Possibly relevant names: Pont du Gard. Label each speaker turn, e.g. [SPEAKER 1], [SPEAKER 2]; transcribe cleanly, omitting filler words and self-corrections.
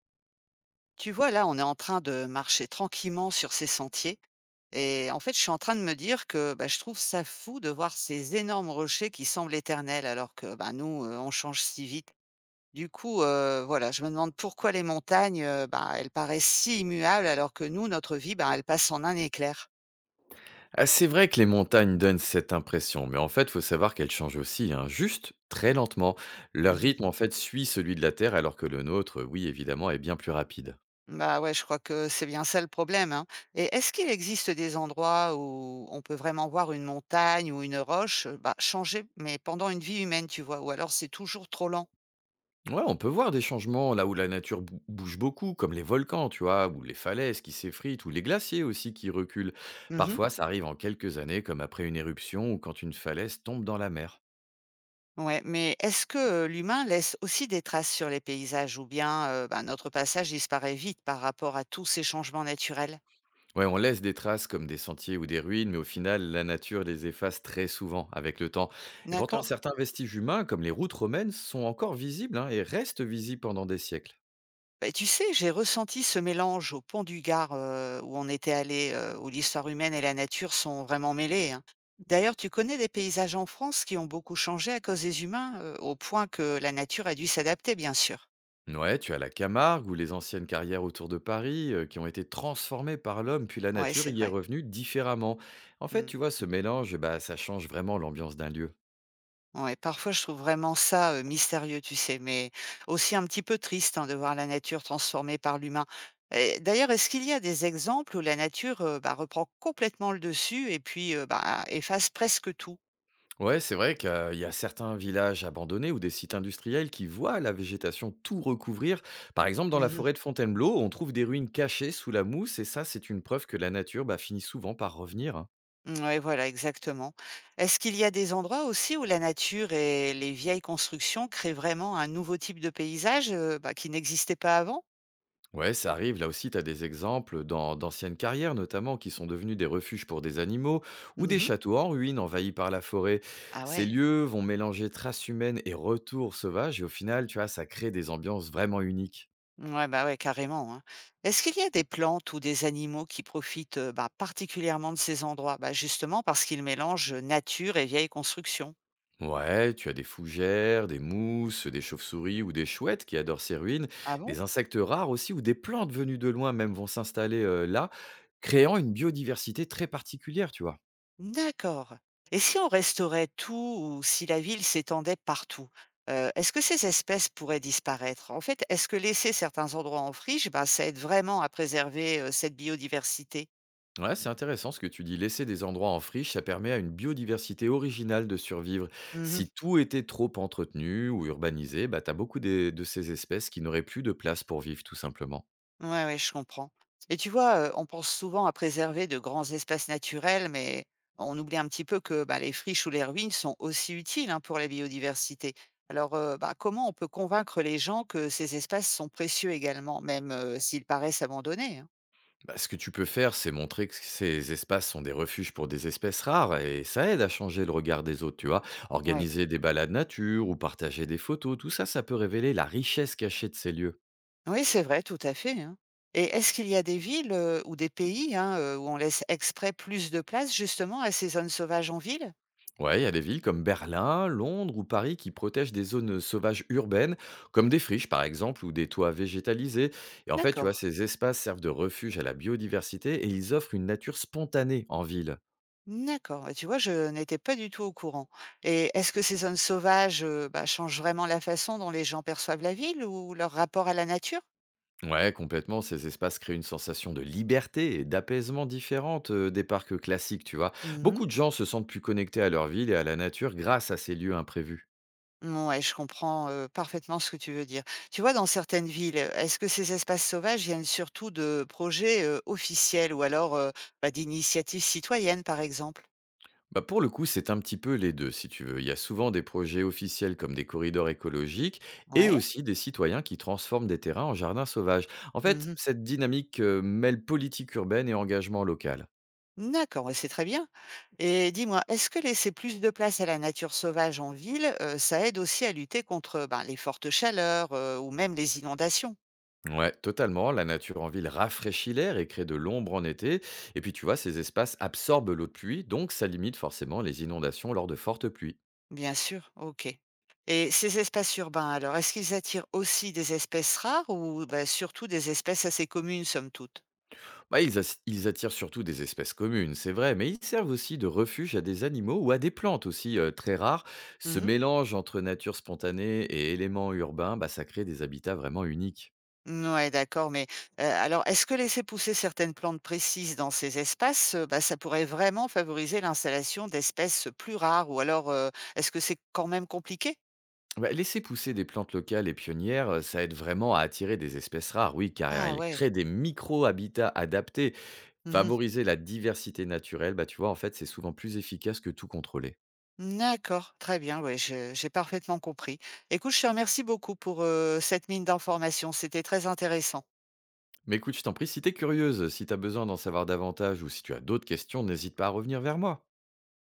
[SPEAKER 1] Tu vois, là, on est en train de marcher tranquillement sur ces sentiers. Et en fait, je suis en train de me dire que bah, je trouve ça fou de voir ces énormes rochers qui semblent éternels alors que bah, nous, on change si vite. Du coup, voilà, je me demande pourquoi les montagnes, bah, elles paraissent si immuables alors que nous, notre vie, bah, elle passe en un éclair.
[SPEAKER 2] Ah, c'est vrai que les montagnes donnent cette impression, mais en fait, faut savoir qu'elles changent aussi, hein, juste très lentement. Leur rythme, en fait, suit celui de la Terre, alors que le nôtre, oui, évidemment, est bien plus rapide.
[SPEAKER 1] Bah, ouais, je crois que c'est bien ça le problème, hein. Et est-ce qu'il existe des endroits où on peut vraiment voir une montagne ou une roche, bah, changer, mais pendant une vie humaine, tu vois? Ou alors c'est toujours trop lent?
[SPEAKER 2] Ouais, on peut voir des changements là où la nature bouge beaucoup, comme les volcans, tu vois, ou les falaises qui s'effritent, ou les glaciers aussi qui reculent.
[SPEAKER 1] Mmh.
[SPEAKER 2] Parfois, ça arrive en quelques années, comme après une éruption ou quand une falaise tombe dans la mer.
[SPEAKER 1] Ouais, mais est-ce que l'humain laisse aussi des traces sur les paysages ou bien, bah, notre passage disparaît vite par rapport à tous ces changements naturels?
[SPEAKER 2] Ouais, on laisse des traces comme des sentiers ou des ruines, mais au final, la nature les efface très souvent avec le temps. Et pourtant,
[SPEAKER 1] D'accord.
[SPEAKER 2] certains vestiges humains, comme les routes romaines, sont encore visibles, hein, et restent visibles pendant des siècles.
[SPEAKER 1] Bah tu sais, j'ai ressenti ce mélange au Pont du Gard, où on était allé, où l'histoire humaine et la nature sont vraiment mêlées, hein. D'ailleurs, tu connais des paysages en France qui ont beaucoup changé à cause des humains, au point que la nature a dû s'adapter, bien sûr.
[SPEAKER 2] Ouais, tu as la Camargue ou les anciennes carrières autour de Paris, qui ont été transformées par l'homme, puis la
[SPEAKER 1] Ouais,
[SPEAKER 2] nature
[SPEAKER 1] c'est
[SPEAKER 2] y est
[SPEAKER 1] vrai.
[SPEAKER 2] revenue différemment. En fait,
[SPEAKER 1] Mmh
[SPEAKER 2] tu vois,
[SPEAKER 1] mh.
[SPEAKER 2] ce mélange, bah, ça change vraiment l'ambiance d'un lieu.
[SPEAKER 1] Ouais, parfois je trouve vraiment ça, mystérieux, tu sais, mais aussi un petit peu triste, hein, de voir la nature transformée par l'humain. Et d'ailleurs, est-ce qu'il y a des exemples où la nature, bah, reprend complètement le dessus et puis, bah, efface presque tout?
[SPEAKER 2] Ouais, c'est vrai qu'il y a certains villages abandonnés ou des sites industriels qui voient la végétation tout recouvrir. Par exemple, dans la
[SPEAKER 1] Mmh.
[SPEAKER 2] forêt de Fontainebleau, on trouve des ruines cachées sous la mousse et ça, c'est une preuve que la nature, bah, finit souvent par revenir, hein.
[SPEAKER 1] Ouais, voilà, exactement. Est-ce qu'il y a des endroits aussi où la nature et les vieilles constructions créent vraiment un nouveau type de paysage, bah, qui n'existait pas avant?
[SPEAKER 2] Ouais, ça arrive. Là aussi, tu as des exemples d'anciennes carrières, notamment, qui sont devenues des refuges pour des animaux ou des
[SPEAKER 1] Mhm.
[SPEAKER 2] châteaux en ruine envahis par la forêt.
[SPEAKER 1] Ah
[SPEAKER 2] Ces
[SPEAKER 1] ouais,
[SPEAKER 2] lieux vont mélanger traces humaines et retours sauvages et au final, tu vois, ça crée des ambiances vraiment uniques.
[SPEAKER 1] ouais, bah ouais, carrément, hein. Est-ce qu'il y a des plantes ou des animaux qui profitent, bah, particulièrement de ces endroits? Bah, justement parce qu'ils mélangent nature et vieilles constructions.
[SPEAKER 2] Ouais, tu as des fougères, des mousses, des chauves-souris ou des chouettes qui adorent ces ruines,
[SPEAKER 1] Ah bon?
[SPEAKER 2] des insectes rares aussi ou des plantes venues de loin même vont s'installer là, créant une biodiversité très particulière, tu vois.
[SPEAKER 1] D'accord. Et si on restaurait tout ou si la ville s'étendait partout, est-ce que ces espèces pourraient disparaître? En fait, est-ce que laisser certains endroits en friche, ben, ça aide vraiment à préserver, cette biodiversité?
[SPEAKER 2] Ouais, c'est intéressant ce que tu dis. Laisser des endroits en friche, ça permet à une biodiversité originale de survivre.
[SPEAKER 1] Mmh.
[SPEAKER 2] Si tout était trop entretenu ou urbanisé, bah, tu as beaucoup de ces espèces qui n'auraient plus de place pour vivre tout simplement.
[SPEAKER 1] Ouais, ouais, je comprends. Et tu vois, on pense souvent à préserver de grands espaces naturels, mais on oublie un petit peu que, bah, les friches ou les ruines sont aussi utiles, hein, pour la biodiversité. Alors, bah, comment on peut convaincre les gens que ces espaces sont précieux également, même, s'ils paraissent abandonnés, hein?
[SPEAKER 2] Bah, ce que tu peux faire, c'est montrer que ces espaces sont des refuges pour des espèces rares et ça aide à changer le regard des autres, tu vois.
[SPEAKER 1] Ouais.
[SPEAKER 2] Organiser des balades nature ou partager des photos, tout ça, ça peut révéler la richesse cachée de ces lieux.
[SPEAKER 1] Oui, c'est vrai, tout à fait, hein. Et est-ce qu'il y a des villes, ou des pays, hein, où on laisse exprès plus de place justement à ces zones sauvages en ville?
[SPEAKER 2] Ouais, il y a des villes comme Berlin, Londres ou Paris qui protègent des zones sauvages urbaines, comme des friches par exemple ou des toits végétalisés. Et en fait, tu
[SPEAKER 1] D'accord,
[SPEAKER 2] vois, ces espaces servent de refuge à la biodiversité et ils offrent une nature spontanée en ville.
[SPEAKER 1] d'accord. Bah, tu vois, je n'étais pas du tout au courant. Et est-ce que ces zones sauvages, bah, changent vraiment la façon dont les gens perçoivent la ville ou leur rapport à la nature?
[SPEAKER 2] Ouais, complètement. Ces espaces créent une sensation de liberté et d'apaisement différente des parcs classiques, tu vois.
[SPEAKER 1] Mmh mh.
[SPEAKER 2] Beaucoup de gens se sentent plus connectés à leur ville et à la nature grâce à ces lieux imprévus.
[SPEAKER 1] Je comprends, parfaitement ce que tu veux dire. Tu vois, dans certaines villes, est-ce que ces espaces sauvages viennent surtout de projets, officiels ou alors, bah, d'initiatives citoyennes, par exemple?
[SPEAKER 2] Bah pour le coup, c'est un petit peu les deux, si tu veux. Il y a souvent des projets officiels comme des corridors écologiques et
[SPEAKER 1] Ouais.
[SPEAKER 2] aussi des citoyens qui transforment des terrains en jardins sauvages. En fait,
[SPEAKER 1] Mmh.
[SPEAKER 2] cette dynamique mêle politique urbaine et engagement local.
[SPEAKER 1] D'accord, ouais, c'est très bien et dis-moi, est-ce que laisser plus de place à la nature sauvage en ville, ça aide aussi à lutter contre, ben, les fortes chaleurs, ou même les inondations?
[SPEAKER 2] Ouais, totalement. La nature en ville rafraîchit l'air et crée de l'ombre en été. Et puis, tu vois, ces espaces absorbent l'eau de pluie, donc ça limite forcément les inondations lors de fortes pluies.
[SPEAKER 1] Bien sûr, OK, et ces espaces urbains alors, est-ce qu'ils attirent aussi des espèces rares ou, bah, surtout des espèces assez communes somme toute?
[SPEAKER 2] Bah, ils, ils attirent surtout des espèces communes, c'est vrai, mais ils servent aussi de refuge à des animaux ou à des plantes aussi, très rares. Ce
[SPEAKER 1] Mmh mh.
[SPEAKER 2] mélange entre nature spontanée et éléments urbains, bah, ça crée des habitats vraiment uniques.
[SPEAKER 1] D'accord, mais, alors est-ce que laisser pousser certaines plantes précises dans ces espaces, bah, ça pourrait vraiment favoriser l'installation d'espèces plus rares ou alors, est-ce que c'est quand même compliqué?
[SPEAKER 2] Bah, laisser pousser des plantes locales et pionnières, ça aide vraiment à attirer des espèces rares, oui, car
[SPEAKER 1] Ah
[SPEAKER 2] elles
[SPEAKER 1] ouais.
[SPEAKER 2] créent des micro-habitats adaptés.
[SPEAKER 1] Mmh.
[SPEAKER 2] Favoriser la diversité naturelle, bah, tu vois, en fait, c'est souvent plus efficace que tout contrôler.
[SPEAKER 1] D'accord, très bien, ouais, je j'ai parfaitement compris. Écoute, je te remercie beaucoup pour, cette mine d'informations, c'était très intéressant.
[SPEAKER 2] Mais écoute, je t'en prie, si t'es curieuse, si t'as besoin d'en savoir davantage ou si tu as d'autres questions, n'hésite pas à revenir vers moi.